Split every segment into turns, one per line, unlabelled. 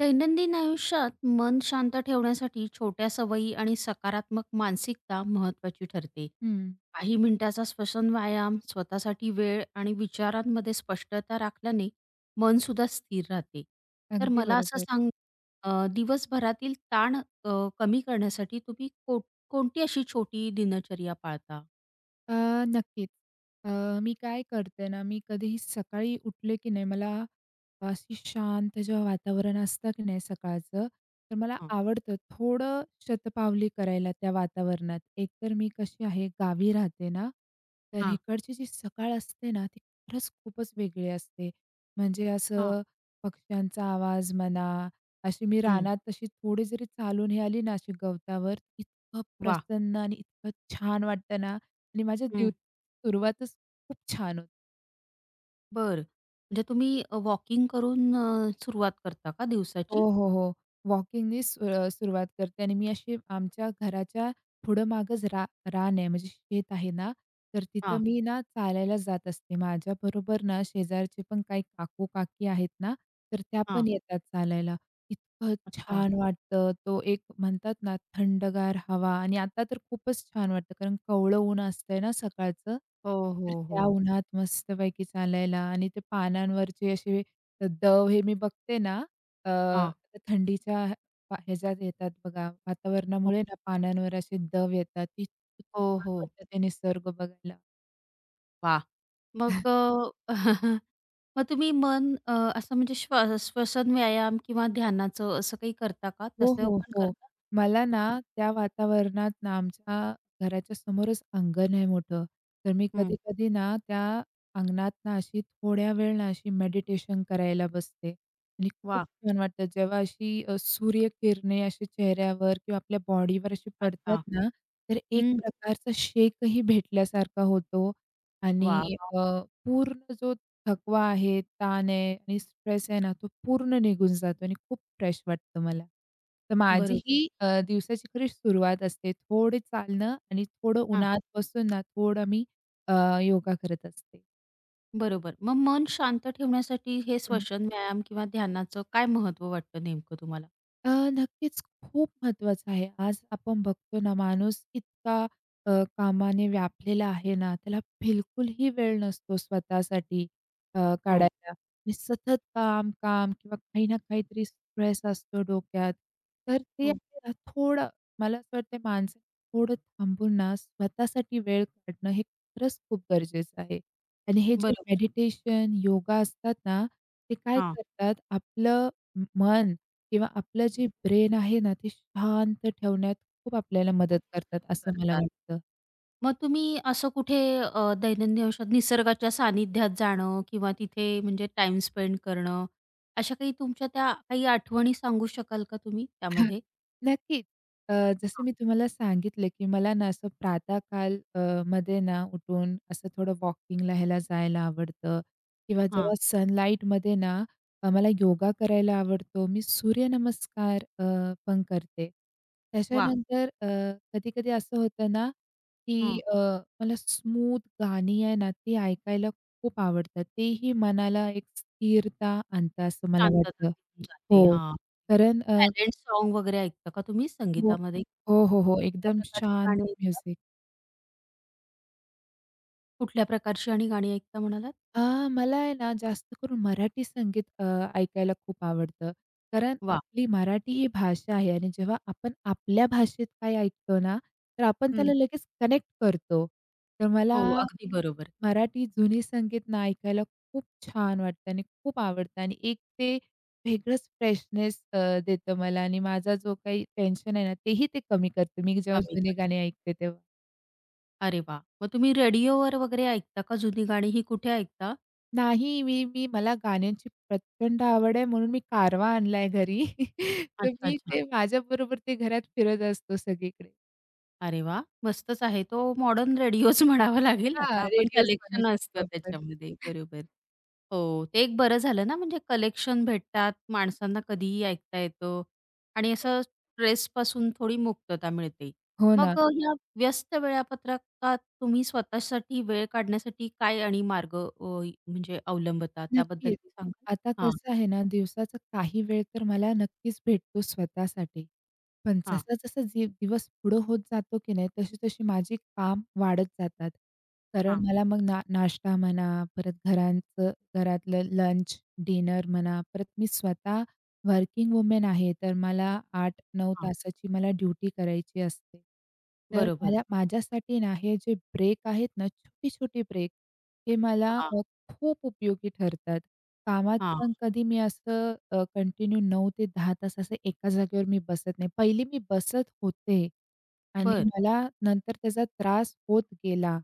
दैनंदिन आयुष्यात मन शांत ठेवण्यासाठी छोट्या सवयी आणि सकारात्मक मानसिकता महत्वाची ठरते.
हं.
काही मिनिटाचा श्वसन व्यायाम, स्वतःसाठी वेळ आणि विचारांमध्ये स्पष्टता राखल्याने मन सुद्धा स्थिर राहते. तर
अगदी
मला असं
बरोबर.
सांग, दिवसभरातील ताण कमी करण्यासाठी तुम्ही कोणती अशी छोटी दिनचर्या पाळता?
अ, नक्कीच. अ, मी काय करते ना, मी कधीही सकाळी उठले की नाही, मला अशी शांत जेव्हा वातावरण असतं की नाही सकाळचं, तर मला
हां,
आवडतं थोडं शतपावली करायला त्या वातावरणात. एकतर मी कशी आहे, गावी राहते ना, तर
हां,
इकडची जी सकाळ असते ना, ती खरंच खूपच वेगळी असते. म्हणजे
हां.
असं पक्ष्यांचा आवाज म्हणा, अशी मी
हं.
रानात तशी थोडी जरी चालून हे आली ना, अशी गवतावर, इतकं
वाह!
प्रसन्न आणि इतकं छान वाटतं ना, आणि माझ्या
हं.
दिवसाची सुरुवातच खूप छान होते.
बरं. म्हणजे तुम्ही वॉकिंग करून सुरुवात करता का दिवसाची?
हो, हो, हो. वॉकिंगनी सुरुवात करते आणि मी अशी आमच्या घराच्या थोडं मागच रा रान आहे म्हणजे शेत आहे ना, तर तिथं
हां,
मी ना चालायला जात असते. माझ्याबरोबर ना शेजारचे पण काही काकू-काकी आहेत ना, तर त्या
हां.
पण येतात चालायला. इतकं
अच्छा.
छान वाटतं. तो एक म्हणतात ना थंडगार हवा आणि आता तर खूपच छान वाटतं कारण कवळं ऊन असतंय ना सकाळचं.
हो,
तर
हो,
त्या
हो.
उन्हात मस्तपैकी चालायला आणि ते पानांवरचे असे दव हे मी बघते ना, अ,
हां.
थंडीच्या ह्याच्यात येतात बघा,
हो,
वातावरणामुळे ना पानांवर असे दव येतात. ती
हो,
छान
हो.
वाटतं ते निसर्ग बघायला.
वाह! मग अ, मग तुम्ही मन असं म्हणजे श्वसन व्यायाम किंवा ध्यानाचं असं काही करता का?
हो,
तसं
हो,
पण
हो.
करता?
मला ना
हां.
त्या वातावरणात ना आमच्या घराच्या समोरच अंगण आहे मोठं. तर मी
हं.
कधी-कधी ना त्या अंगणात ना अशी थोड्या वेळ ना अशी मेडिटेशन करायला बसते आणि खूप
वाह!
छान वाटतं. जेव्हा अशी सूर्यकिरणे अशी चेहऱ्यावर किंवा आपल्या बॉडीवर अशी पडतात
अच्छा.
ना, तर एक
हं.
प्रकारचा शेकही भेटल्यासारखा होतो आणि
वाह, वाह!
अ, पूर्ण जो थकवा आहे, ताण आहे आणि स्ट्रेस आहे ना, तो पूर्ण निघून जातो आणि खूप फ्रेश वाटतं मला. तर माझी
बरोबर.
ही दिवसाची खरी सुरुवात असते. थोडे चालणं आणि थोडं
हां.
उन्हात बसून ना, थोडं मी अ, योगा करत असते.
बरोबर. मग मन शांत ठेवण्यासाठी हे श्वसन व्यायाम किंवा ध्यानाचं काय महत्त्व वाटतं नेमकं तुम्हाला?
नक्कीच खूप महत्त्वाचं आहे. आज आपण बघतो ना, माणूस इतका अ, कामाने व्यापलेला आहे ना, त्याला बिलकुलही वेळ नसतो स्वतःसाठी अ,
हो.
काढायला. आणि सतत काम, काम किंवा काही ना काहीतरी स्ट्रेस असतो डोक्यात. तर ते
हं.
आपल्याला थोडं मला असं वाटतं माणसाने थोडं थांबून ना, स्वतःसाठी वेळ काढणं हे खरंच खूप गरजेचं आहे. आणि हे जे
बरोबर.
मेडिटेशन, योगा असतात ना, ते काय
हां.
करतात आपलं मन किंवा आपलं जे ब्रेन आहे ना, ते शांत ठेवण्यात खूप आपल्याला मदत
खूप मदत
करतात असं मला
करतात.
वाटतं.
मग तुम्ही असं कुठे दैनंदिन आयुष्यात निसर्गाच्या सानिध्यात जाणं किंवा तिथे म्हणजे टाईम स्पेंड करणं, अशा काही तुमच्या त्या काही आठवणी सांगू शकाल का तुम्ही त्यामध्ये?
नक्कीच. अ, जसं मी तुम्हाला सांगितलं, की मला ना असं प्रातःकाल मध्ये ना उठून असं थोडं वॉकिंगला ह्याला जायला आवडतं किंवा
हां.
जेव्हा सनलाईटमध्ये ना मला योगा करायला आवडतो. मी सूर्यनमस्कार पण करते.
वाह!
त्याच्यानंतर कधी-कधी असं होतं ना, की
हां.
मला स्मूथ गाणी आहे ना, ती ऐकायला खूप आवडतात. तेही मनाला एक स्थिरता आणतं असं मला
शांतता
वाटतं.
निघून जाते.
हो.
हां.
कारण.
सायलेंट सॉन्ग वगैरे ऐकता का तुम्ही
हो.
संगीतामध्ये?
हो, हो, हो.
कुठल्या
एकदम
प्रकारची
शांत
गाणी ऐकता?
म्युझिक.
कुठल्या प्रकारची आणि गाणी ऐकता म्हणालात?
अ, मला आहे ना जास्त करून मराठी संगीत ऐकायला खूप आवडतं. कारण
वाह!
आपली मराठी ही भाषा आहे आणि जेव्हा आपण आपल्या भाषेत काही ऐकतो ना, तर आपण
हं.
त्याला लगेच कनेक्ट करतो. तर मला
हो, अगदी बरोबर.
मराठी जुनी संगीत ना ऐकायला खूप छान वाटतं आणि खूप आवडतं आणि एक ते वेगळंच फ्रेशनेस देतं मला आणि माझा जो काही टेन्शन आहे ना, तेही ते कमी करतं मी जेव्हा
आम्ही
जुने गाणे
करतो.
ऐकते तेव्हा.
अरे वाह! मग तुम्ही रेडिओवर वगैरे ऐकता का जुनी गाणी? ही कुठे ऐकता?
नाही, मी मी मला गाण्यांची प्रचंड आवड आहे म्हणून मी कारवा आणलाय घरी. तर
अच्छा,
मी
अच्छा.
ते माझ्याबरोबर ते घरात फिरत असतो सगळीकडे.
अरे वा, मस्तच आहे. तो मॉडर्न रेडिओच म्हणावा लागेल आता.
हां,
आपण
रेडिओच म्हणू
कलेक्शन
शकतो
असतं
आपण.
त्याच्यामध्ये. बरोबर. हो, ते एक बरं झालं ना, म्हणजे कलेक्शन भेटतात, माणसांना कधीही ऐकता येतं आणि असं स्ट्रेसपासून थोडी मुक्तता मिळते.
हो ना.
मग या व्यस्त वेळापत्रकात तुम्ही स्वतःसाठी वेळ काढण्यासाठी काय आणि मार्ग म्हणजे अवलंबता त्याबद्दल
नक्कीच.
काही सांगाल?
आता
हां,
कसं आहे ना, दिवसाचा काही वेळ तर मला नक्कीच भेटतो स्वतःसाठी. पण
हां,
जसा-जसा जी दिवस पुढं होत जातो की नाही, तशी-तशी माझी काम वाढत जातात. कारण
हां,
मला मग ना नाश्ता म्हणा, परत घरातलं लंच, डिनर म्हणा, परत मी स्वतः वर्किंग वुमन आहे, तर मला 8-9
हां.
तासाची मला ड्युटी करायची असते. तर
बरोबर.
मला माझ्यासाठी ना, हे जे ब्रेक आहेत ना, छोटे-छोटे ब्रेक, हे मला
हां,
खूप उपयोगी ठरतात. कामात
हां.
पण कधी मी असं कंटिन्यू 9 ते 10 तास असं एका जागेवर मी बसत नाही. पहिली मी बसत होते आणि
बरं.
मला नंतर त्याचा त्रास होत गेला.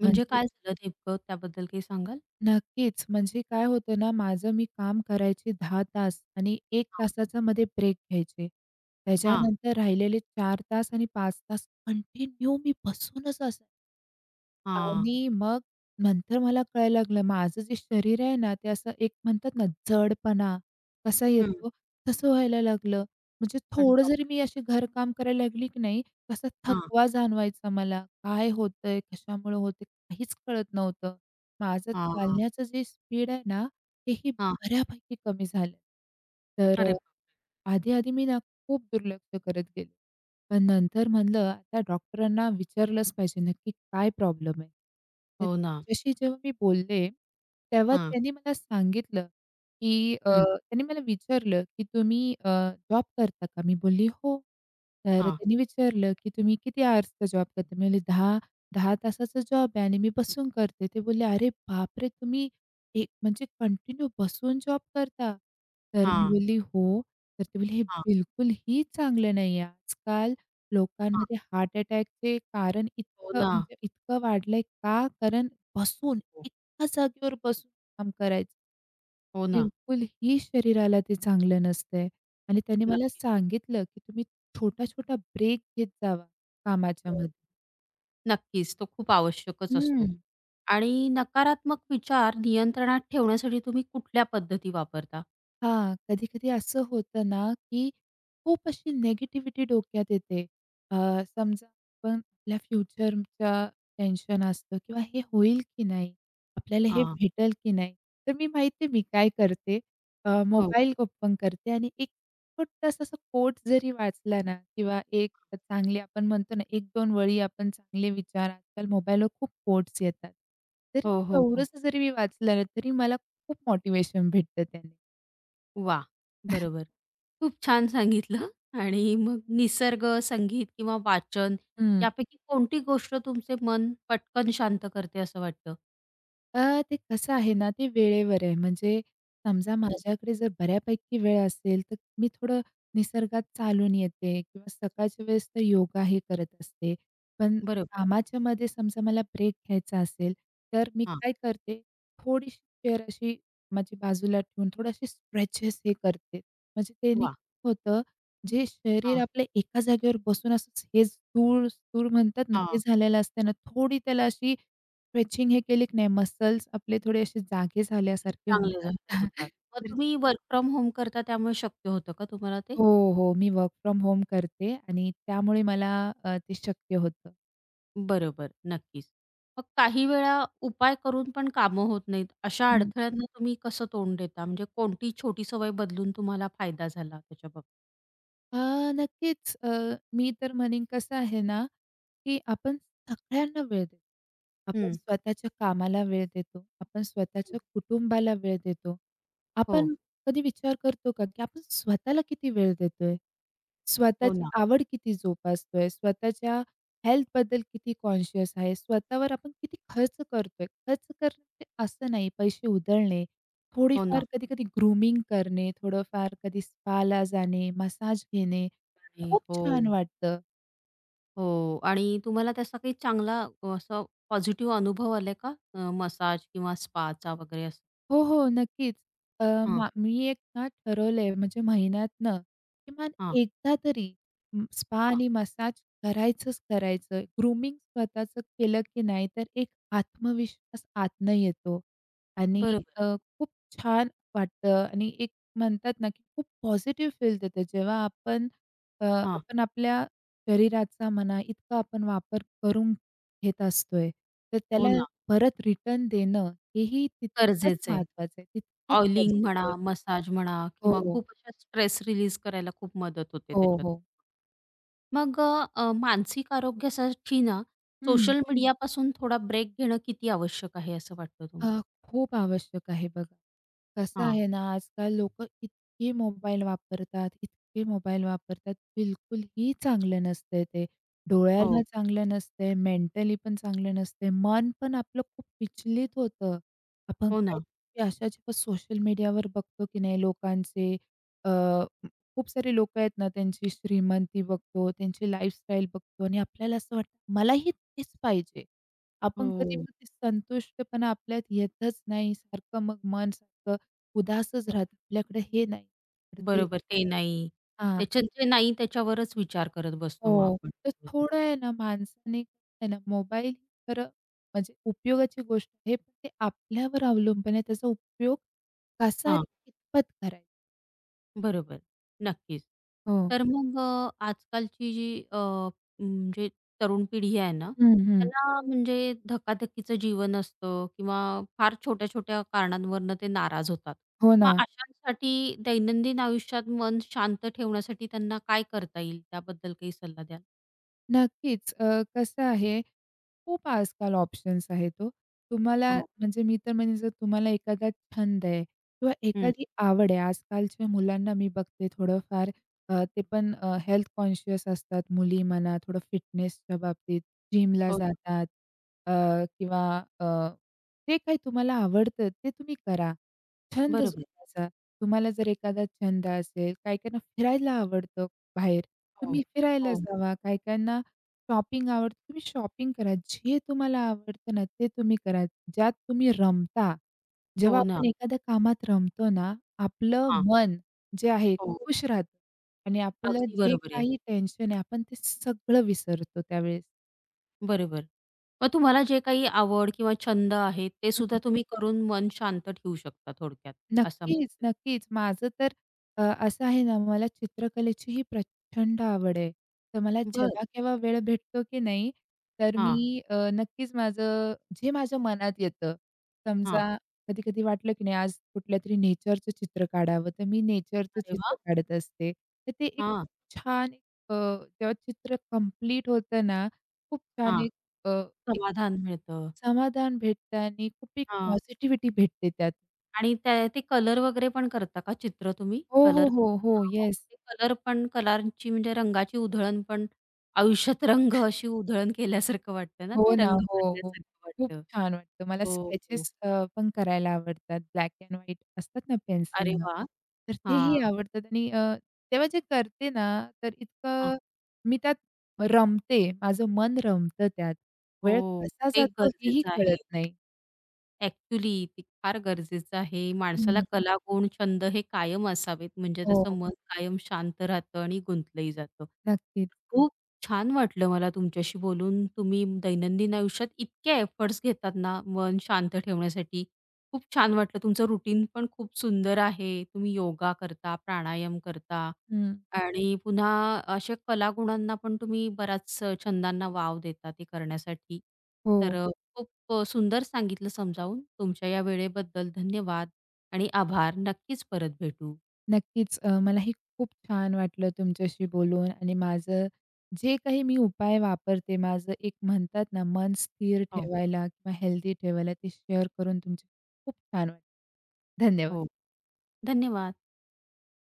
म्हणजे
म्हणजे
काय झालं नेमकं त्याबद्दल काही सांगाल?
नक्कीच, म्हणजे काय होतं ना, माझं मी काम करायची 10 तास आणि 1
हां,
तासाचा मध्ये ब्रेक घ्यायचे. त्याच्यानंतर राहिलेले 4 तास आणि 5 तास कंटिन्यू मी बसूनच असायचे.
हां.
आणि मग नंतर मला कळायला लागलं माझं जे शरीर आहे ना, ते असं एक म्हणतात ना, जडपणा कसा
हं.
येतो, तसं व्हायला लागलं. म्हणजे
अरे
थोडं जरी
बापरे!
मी अशी घरकाम करायला लागली की नाही, तसा
हां,
थकवा जाणवायचा मला. काय होतंय? कशामुळे होतंय? काहीच कळत नव्हतं. माझं
हां, हां,
चालण्याचं जे स्पीड आहे ना, तेही
हां.
बऱ्यापैकी कमी झालं. तर.
अरे बाप!
आधी-आधी मी ना खूप दुर्लक्ष करत गेले. पण नंतर म्हणलं आता डॉक्टरांना विचारलंच पाहिजे नक्की काय प्रॉब्लेम आहे? तर
हो ना.
त्यांच्याशी जेव्हा मी बोलले, तेव्हा
हां,
त्यांनी मला सांगितलं, की
हं.
त्यांनी मला विचारलं, की "तुम्ही जॉब करता का?" मी बोलली, "हो." तर
हां,
त्यांनी विचारलं, की "तुम्ही किती आवर्सचा जॉब करता?" मी बोलली, "10 तासाचा जॉब आहे आणि मी बसून करते." ते बोलले, "अरे बापरे! तुम्ही एक म्हणजे कंटिन्यू बसून जॉब करता?" तर मी
हां,
बोलली, "हो." तर ते बोलले, "हे
हां,
बिलकुलही चांगलं नाहीये." आजकाल
हां.
लोकांमध्ये हार्ट अटॅकचे कारण
हो
इतकं
ना.
म्हणजे इतकं वाढलंय का? कारण बसून,
हो,
एका जागेवर बसून काम करायचं.
हो ना.
बिलकुलही शरीराला ते चांगलं नसतंय. आणि त्यांनी मला
नक्कीच.
सांगितलं, की तुम्ही छोटा-छोटा ब्रेक घेत जावा
हो.
कामाच्यामध्ये.
नक्कीच. तो खूप आवश्यकच असतो.
हं.
आणि नकारात्मक विचार नियंत्रणात ठेवण्यासाठी तुम्ही कुठल्या पद्धती वापरता?
हां, कधी-कधी असं होतं ना, की खूप अशी निगेटिव्हिटी डोक्यात येते. अ, समजा आपण आपल्या फ्युचरच्या टेन्शन असतं किंवा हे होईल की नाही? आपल्याला हे
हां.
भेटेल की नाही? तर मी माहिती आहे मी काय करते,
हो,
मोबाईल ओपन करते आणि एक छोटासा असा कोट जरी वाचला ना किंवा एक चांगली आपण म्हणतो ना, 1-2 वळी आपण चांगले विचार आजकाल मोबाईलवर खूप कोट्स येतात. तर
हो, हो, हो.
तेवढंसं जरी मी वाचलं ना, तरी मला खूप मोटिव्हेशन भेटतं त्याने.
वाह! बरोबर. खूप छान सांगितलं आणि मग निसर्ग, संगीत किंवा वाचन
हं.
यापैकी कोणती गोष्ट तुमचे मन पटकन शांत करते असं वाटतं?
अ, ते कसं आहे ना, ते वेळेवर आहे. म्हणजे समजा माझ्याकडे जर बऱ्यापैकी वेळ असेल, तर मी थोडं निसर्गात चालून येते किंवा सकाळच्या वेळेस तर योगा हे करत असते. पण
बरोबर.
कामाच्यामध्ये समजा मला ब्रेक घ्यायचा असेल, तर मी
हां.
काय करते, थोडीशी चेअर अशी माझी बाजूला ठेवून थोडीशी स्ट्रेचेस हे करते. म्हणजे त्याने
वाह!
काय होतं, जे शरीर
हां,
आपलं एका जागेवर बसून असंच हेच स्थूळ स्थूळ म्हणतात ना, ते
हां.
झालेलं असतं ना, थोडी त्याला अशी स्ट्रेचिंग हे केली की नाही मसल्स आपले थोडे असे जागे झाल्यासारखे
चांगले
होतात.
झाले होतात. मग
तर
तुम्ही वर्क फ्रॉम होम करता त्यामुळे शक्य होतं का तुम्हाला ते?
हो, हो. मी वर्क फ्रॉम होम करते आणि त्यामुळे मला ते शक्य होतं.
बरोबर, नक्कीच. मग काही वेळा उपाय करून पण कामं होत नाहीत. अशा अडथळ्यांना तुम्ही कसं तोंड देता? म्हणजे कोणती छोटी सवय बदलून तुम्हाला फायदा झाला त्याच्या बाबतीत?
अ, नक्कीच. मी तर म्हणेन कसं आहे ना, की आपण सगळ्यांना वेळ देतो. आपण
हं,
स्वतःच्या कामाला वेळ देतो. आपण
हं.
स्वतःच्या कुटुंबाला वेळ देतो.
हो,
आपण कधी विचार करतो का, की आपण स्वतःला किती वेळ देतोय?
हो
स्वतःची
ना,
आवड किती जोपासतोय? स्वतःच्या हेल्थबद्दल किती कॉन्शियस आहे? स्वतःवर आपण किती खर्च करतोय? खर्च करणं म्हणजे असं नाही पैसे उधळणे
हो ना.
थोडीफार कधी-कधी ग्रूमिंग करणे, थोडंफार कधी स्पाला जाणे, मसाज घेणे,
आणि
खूप
हो,
छान वाटतं.
हो. आणि तुम्हाला त्याचा काही चांगला असा पॉझिटिव्ह अनुभव आलाय का? मसाज किंवा स्पाचा वगैरे असं?
हो, हो. नक्कीच. अ,
हां,
मी एक ना ठरवलंय म्हणजे महिन्यातनं किमान
हां,
एकदा तरी स्पा
हां.
आणि मसाज करायचंच. ग्रूमिंग स्वतःचं केलं की नाही तर एक आत्मविश्वास आतनं येतो आणि
बरोबर.
खूप छान वाटतं आणि एक म्हणतात ना की खूप पॉझिटिव्ह फील देतं जेव्हा आपण अ,
हां.
आपण आपल्या शरीराचा म्हणा इतका आपण वापर करून घेत असतोय, तर त्याला
हो ना.
परत रिटर्न देणं हेही तितकंच
गरजेचं आहे.
महत्वाचं आहे, तितकंच
ऑइलिंग म्हणा,
गरजेचं आहे.
मसाज म्हणा किंवा
हो,
खूप अशा स्ट्रेस रिलीज करायला खूप मदत होते
हो,
त्याच्यात.
हो.
मग अ, अ, मानसिक आरोग्यासाठी ना
हं.
सोशल मीडियापासून थोडा ब्रेक घेणं किती आवश्यक आहे असं वाटतं तुम्हाला?
अ, खूप आवश्यक आहे बघा. कसं
हां.
आहे ना, आजकाल लोकं इतके मोबाईल वापरतात, इतके मोबाईल वापरतात, बिलकुलही चांगलं नसतंय ते.
हो.
डोळ्याला चांगलं नसतंय, मेंटली पण चांगलं नसतंय. मन पण आपलं खूप विचलित होतं. आपण
हो
काही
ना.
अशा जेव्हा सोशल मीडियावर बघतो की नाही लोकांचे, अ, खूप सारे लोकं आहेत ना, त्यांची श्रीमंती बघतो, त्यांची लाईफस्टाईल बघतो आणि आपल्याला असं वाटतं, मलाही तेच पाहिजे. आपण कधी
हो.
पण ते संतुष्टपणा आपल्यात येतच नाही. मग मन सारखं उदासच राहतं. आपल्याकडे हे नाही, तर ते नाही.
बरोबर. ते नाही.
हां.
त्याच्यात जे नाही त्याच्यावरच विचार करत बसतो मग
हो.
आपण.
तर थोडं आहे ना माणसाने आहे ना मोबाईल खरं म्हणजे उपयोगाची गोष्ट आहे. पण ते आपल्यावर अवलंबून आहे. त्याचा उपयोग कसा आणि
हां.
कितपत करायचा?
बरोबर. नक्कीच.
हो.
तर मग आजकालची जी म्हणजे तरुण पिढी आहे ना,
हं, हं.
त्यांना म्हणजे धकाधकीचं जीवन असतं किंवा फार छोट्या-छोट्या कारणांवरनं ते नाराज होतात.
हो
मग
ना.
अशांसाठी दैनंदिन आयुष्यात मन शांत ठेवण्यासाठी त्यांना काय करता येईल? त्याबद्दल काही सल्ला द्याल?
नक्कीच. कसं आहे, खूप आजकाल ऑप्शन्स आहेत हो. तुम्हाला
हो.
म्हणजे मी तर म्हणेन जर तुम्हाला एखादा छंद आहे किंवा
हं.
एखादी आवड आहे. आजकालच्या मुलांना मी बघते थोडंफार ते पण हेल्थ कॉन्शियस असतात. मुली म्हणा, थोडं फिटनेसच्या बाबतीत जिमला
हो ना.
जातात अ, किंवा अ, जे काही तुम्हाला आवडतं ते तुम्ही करा. छंद
बरोबर.
जोपासा. तुम्हाला जर एखादा छंद असेल, काही काहींना फिरायला आवडतं बाहेर,
हो.
तुम्ही फिरायला
हो.
जावा. काही शॉपिंग आवडते. तुम्ही शॉपिंग करा. जे तुम्हाला आवडतं ना, ते तुम्ही करा. ज्यात तुम्ही रमता. जेव्हा
हो ना.
आपण एखाद्या कामात रमतो ना, आपलं
हां.
मन जे आहे
हो.
खुश राहतं आणि आपलं
अगदी
जे
बरोबर आहे.
काही टेन्शन आहे, आपण ते सगळं विसरतो त्यावेळेस.
बरोबर. मग तुम्हाला जे काही आवड किंवा छंद आहे, ते सुद्धा तुम्ही करून मन शांत ठेवू शकता थोडक्यात, असं
नक्कीच,
म्हणताय.
नक्कीच. माझं तर असं आहे ना, मला चित्रकलेचीही प्रचंड आवड आहे. तर मला
बरं.
जेव्हा-केव्हा वेळ भेटतो की नाही, तर मी
हां,
नक्कीच माझं जे माझ्या मनात येतं,
हां.
समजा कधी-कधी वाटलं की नाही आज कुठल्यातरी नेचरचं चित्र काढावं, तर मी नेचरचं
अरे
चित्र
वाह!
काढत असते. तर ते एक
हां,
छान एक, अ, जेव्हा चित्र कंप्लीट होतं ना, खूप छान
हां.
एक, अ, एक
समाधान मिळतं.
समाधान भेटतं आणि खूप एक
हां.
पॉझिटिव्हिटी भेटते त्यात.
आणि त्या ते कलर वगैरे पण करता का चित्र तुम्ही?
हो, हो,
कलर
हो,
करता.
हो.
हां.
येस.
ते कलर पण कलरची म्हणजे रंगाची उधळण पण आयुष्यात रंग अशी उधळण केल्यासारखं वाटतं ना,
हो
ते
ना.
रंग
हो, हो.
भरल्यासारखं
खूप
वाटतं.
छान वाटतं. मला
हो, हो.
स्केचेस पण करायला आवडतात. ब्लॅक एंड व्हाईट असतात ना
अरे
पेन्सिलनं,
वाह!
तर तेही
हां,
आवडतात आणि तेव्हा जे करते ना, तर
हां.
इतकं मी त्यात रमते. माझं मन रमतं त्यात. वेळ
हो,
कसा
ते
जातो हेही
गरजेचं आहे.
कळत नाही.
ॲक्चुअली ते फार गरजेचं आहे. माणसाला
हं.
कला, गुण, छंद हे कायम असावेत, म्हणजे त्याचं
हो.
मन कायम शांत राहतं आणि गुंतलंही जातं.
नक्कीच.
खूप छान वाटलं मला तुमच्याशी बोलून. तुम्ही दैनंदिन आयुष्यात इतके एफर्ट्स घेतात ना, मन शांत ठेवण्यासाठी. खूप छान वाटलं. तुमचं रुटीन पण खूप सुंदर आहे. तुम्ही योगा करता, प्राणायाम करता
हं.
आणि पुन्हा अशा कलागुणांना पण तुम्ही बराच छंदांना वाव देता ते करण्यासाठी.
हो.
तर खूप सुंदर सांगितलं समजावून. तुमच्या या वेळेबद्दल धन्यवाद आणि आभार. नक्कीच परत भेटू.
नक्कीच. मलाही खूप छान वाटलं तुमच्याशी बोलून आणि माझं जे काही मी उपाय वापरते, माझं एक म्हणतात ना, मन स्थिर
हो,
ठेवायला किंवा हेल्दी ठेवायला ते शेअर करून तुमचे खूप छान वाटलं. धन्यवाद.
हो. धन्यवाद.